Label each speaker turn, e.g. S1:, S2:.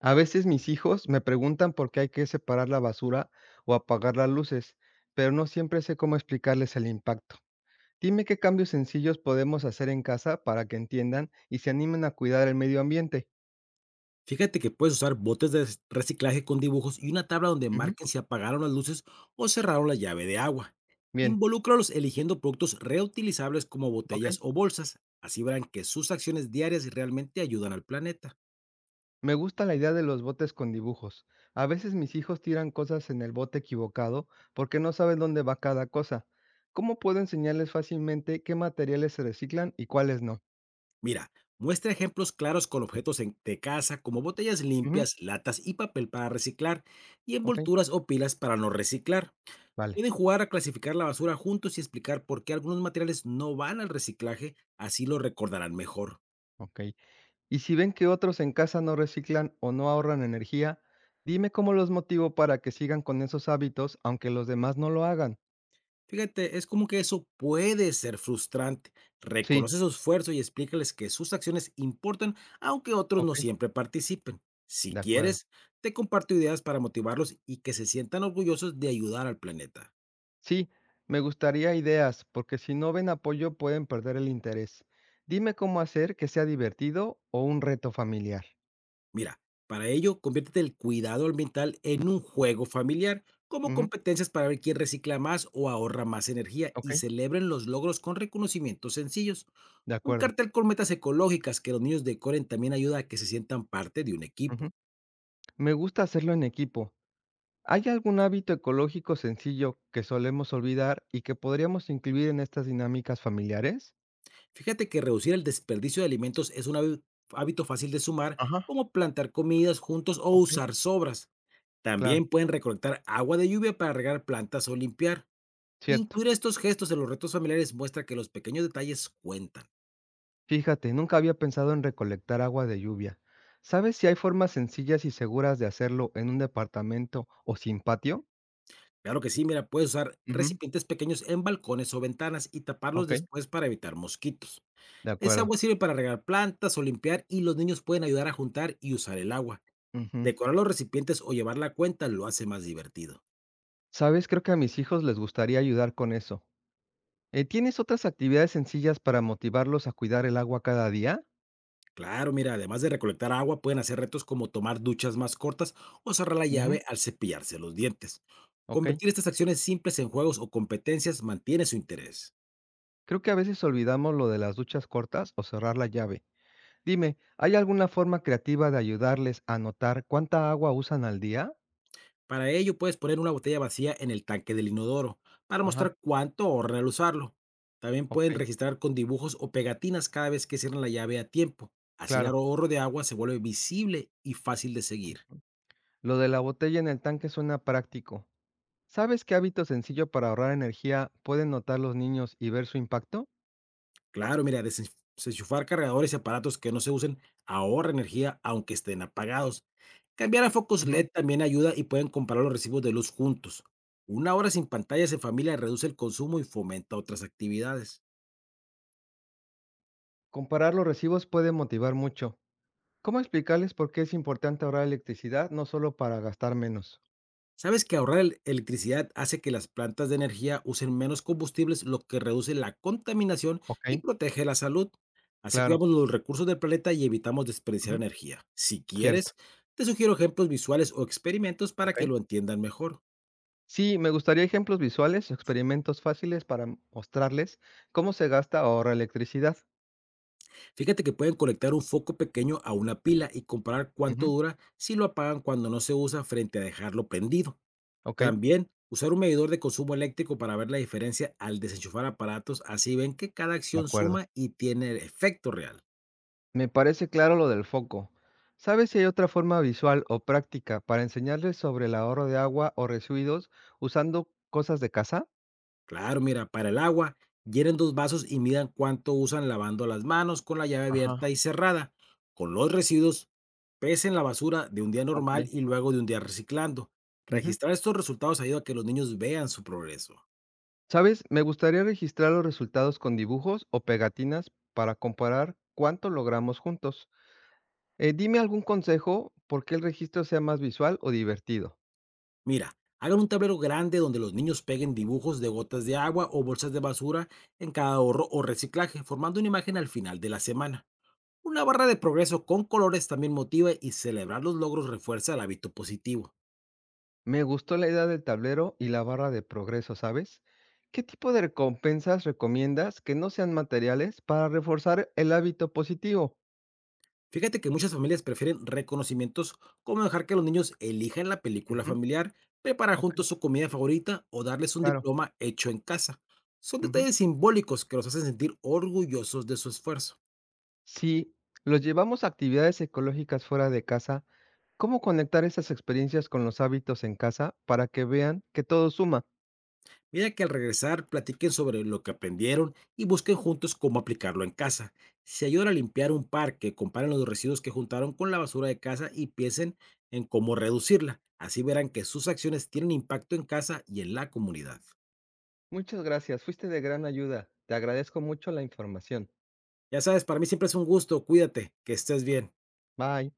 S1: A veces mis hijos me preguntan por qué hay que separar la basura o apagar las luces, pero no siempre sé cómo explicarles el impacto. Dime qué cambios sencillos podemos hacer en casa para que entiendan y se animen a cuidar el medio ambiente.
S2: Fíjate que puedes usar botes de reciclaje con dibujos y una tabla donde
S1: Ujú.
S2: marquen si apagaron las luces o cerraron la llave de agua.
S1: Bien,
S2: Involúcralos eligiendo productos reutilizables como botellas
S1: ok.
S2: o bolsas. Así verán que sus acciones diarias realmente ayudan al planeta.
S1: Me gusta la idea de los botes con dibujos. A veces mis hijos tiran cosas en el bote equivocado porque no saben dónde va cada cosa. ¿Cómo puedo enseñarles fácilmente qué materiales se reciclan y cuáles no?
S2: Mira, muestra ejemplos claros con objetos de casa como botellas
S1: Ujú,
S2: limpias, latas y papel para reciclar y
S1: ok,
S2: envolturas o pilas para no reciclar.
S1: vale,
S2: Pueden jugar a clasificar la basura juntos y explicar por qué algunos materiales no van al reciclaje, así lo recordarán mejor.
S1: ok. Y si ven que otros en casa no reciclan o no ahorran energía, dime cómo los motivo para que sigan con esos hábitos aunque los demás no lo hagan.
S2: Fíjate, es como que eso puede ser frustrante.
S1: Sí,
S2: Reconoce su esfuerzo y explícales que sus acciones importan, aunque otros no
S1: ok,
S2: siempre participen. Si
S1: de acuerdo.
S2: quieres, te comparto ideas para motivarlos y que se sientan orgullosos de ayudar al planeta.
S1: Sí, me gustaría ideas, porque si no ven apoyo pueden perder el interés. Dime cómo hacer que sea divertido o un reto familiar.
S2: Mira, para ello, conviértete el cuidado ambiental en un juego familiar, como
S1: Ujú,
S2: competencias para ver quién recicla más o ahorra más energía
S1: ok,
S2: y celebren los logros con reconocimientos sencillos.
S1: de
S2: Un
S1: acuerdo.
S2: cartel con metas ecológicas que los niños decoren también ayuda a que se sientan parte de un
S1: Ujú.
S2: equipo.
S1: Me gusta hacerlo en equipo. ¿Hay algún hábito ecológico sencillo que solemos olvidar y que podríamos incluir en estas dinámicas familiares?
S2: Fíjate que reducir el desperdicio de alimentos es un hábito fácil de sumar,
S1: Ajá,
S2: como plantar comidas juntos o
S1: ok.
S2: usar sobras.
S1: Claro,
S2: También pueden recolectar agua de lluvia para regar plantas o limpiar.
S1: cierto.
S2: Incluir estos gestos en los retos familiares muestra que los pequeños detalles cuentan.
S1: Fíjate, nunca había pensado en recolectar agua de lluvia. ¿Sabes si hay formas sencillas y seguras de hacerlo en un departamento o sin patio?
S2: Claro que sí, mira, puedes usar
S1: Ujú,
S2: recipientes pequeños en balcones o ventanas y taparlos
S1: ok,
S2: después para evitar mosquitos.
S1: de
S2: Esa
S1: acuerdo.
S2: agua sirve para regar plantas o limpiar y los niños pueden ayudar a juntar y usar el agua.
S1: Ujú.
S2: Decorar los recipientes o llevar la cuenta lo hace más divertido.
S1: ¿Sabes? Creo que a mis hijos les gustaría ayudar con eso. ¿Tienes otras actividades sencillas para motivarlos a cuidar el agua cada día?
S2: Claro, mira, además de recolectar agua, pueden hacer retos como tomar duchas más cortas o cerrar la
S1: Ujú,
S2: llave al cepillarse los dientes.
S1: ok.
S2: Convertir estas acciones simples en juegos o competencias mantiene su interés.
S1: Creo que a veces olvidamos lo de las duchas cortas o cerrar la llave. Dime, ¿hay alguna forma creativa de ayudarles a notar cuánta agua usan al día?
S2: Para ello, puedes poner una botella vacía en el tanque del inodoro para
S1: Ajá,
S2: mostrar cuánto ahorran al usarlo. También pueden
S1: ok,
S2: registrar con dibujos o pegatinas cada vez que cierran la llave a tiempo. Así el
S1: claro.
S2: ahorro de agua se vuelve visible y fácil de seguir.
S1: Lo de la botella en el tanque suena práctico. ¿Sabes qué hábito sencillo para ahorrar energía pueden notar los niños y ver su impacto?
S2: Claro, mira, desenchufar cargadores y aparatos que no se usen ahorra energía aunque estén apagados. Cambiar a focos
S1: Ujú.
S2: LED también ayuda y pueden comparar los recibos de luz juntos. Una hora sin pantallas en familia reduce el consumo y fomenta otras actividades.
S1: Comparar los recibos puede motivar mucho. ¿Cómo explicarles por qué es importante ahorrar electricidad no solo para gastar menos?
S2: ¿Sabes que ahorrar electricidad hace que las plantas de energía usen menos combustibles, lo que reduce la contaminación
S1: Ok,
S2: y protege la salud? Así
S1: claro,
S2: cuidamos los recursos del planeta y evitamos desperdiciar
S1: ujú,
S2: energía. Si
S1: cierto,
S2: quieres, te sugiero ejemplos visuales o experimentos para
S1: ok.
S2: que lo entiendan mejor.
S1: Sí, me gustaría ejemplos visuales o experimentos fáciles para mostrarles cómo se gasta o ahorra electricidad.
S2: Fíjate que pueden conectar un foco pequeño a una pila y comparar cuánto
S1: Ujú.
S2: dura si lo apagan cuando no se usa frente a dejarlo prendido.
S1: Ok,
S2: También usar un medidor de consumo eléctrico para ver la diferencia al desenchufar aparatos, así ven que cada
S1: de
S2: acción
S1: acuerdo.
S2: suma y tiene efecto real.
S1: Me parece claro lo del foco. ¿Sabes si hay otra forma visual o práctica para enseñarles sobre el ahorro de agua o residuos usando cosas de casa?
S2: Claro, mira, para el agua, llenen dos vasos y midan cuánto usan lavando las manos con la llave
S1: Ajá,
S2: abierta y cerrada. Con los residuos, pesen la basura de un día
S1: ok.
S2: normal y luego de un día reciclando.
S1: Ujú.
S2: Registrar estos resultados ayuda a que los niños vean su progreso.
S1: ¿Sabes? Me gustaría registrar los resultados con dibujos o pegatinas para comparar cuánto logramos juntos. Dime algún consejo por qué el registro sea más visual o divertido.
S2: Mira, hagan un tablero grande donde los niños peguen dibujos de gotas de agua o bolsas de basura en cada ahorro o reciclaje, formando una imagen al final de la semana. Una barra de progreso con colores también motiva y celebrar los logros refuerza el hábito positivo.
S1: Me gustó la idea del tablero y la barra de progreso, ¿sabes? ¿Qué tipo de recompensas recomiendas que no sean materiales para reforzar el hábito positivo?
S2: Fíjate que muchas familias prefieren reconocimientos como dejar que los niños elijan la película
S1: Ujú,
S2: familiar, preparar
S1: ok,
S2: juntos su comida favorita o darles un
S1: claro.
S2: diploma hecho en casa. Son
S1: Ujú.
S2: detalles simbólicos que los hacen sentir orgullosos de su esfuerzo.
S1: Si los llevamos a actividades ecológicas fuera de casa, ¿cómo conectar esas experiencias con los hábitos en casa para que vean que todo suma?
S2: Mira que al regresar platiquen sobre lo que aprendieron y busquen juntos cómo aplicarlo en casa. Si ayudan a limpiar un parque, comparen los residuos que juntaron con la basura de casa y piensen en cómo reducirla. Así verán que sus acciones tienen impacto en casa y en la comunidad.
S1: Muchas gracias, fuiste de gran ayuda. Te agradezco mucho la información.
S2: Ya sabes, para mí siempre es un gusto. Cuídate, que estés bien.
S1: Bye.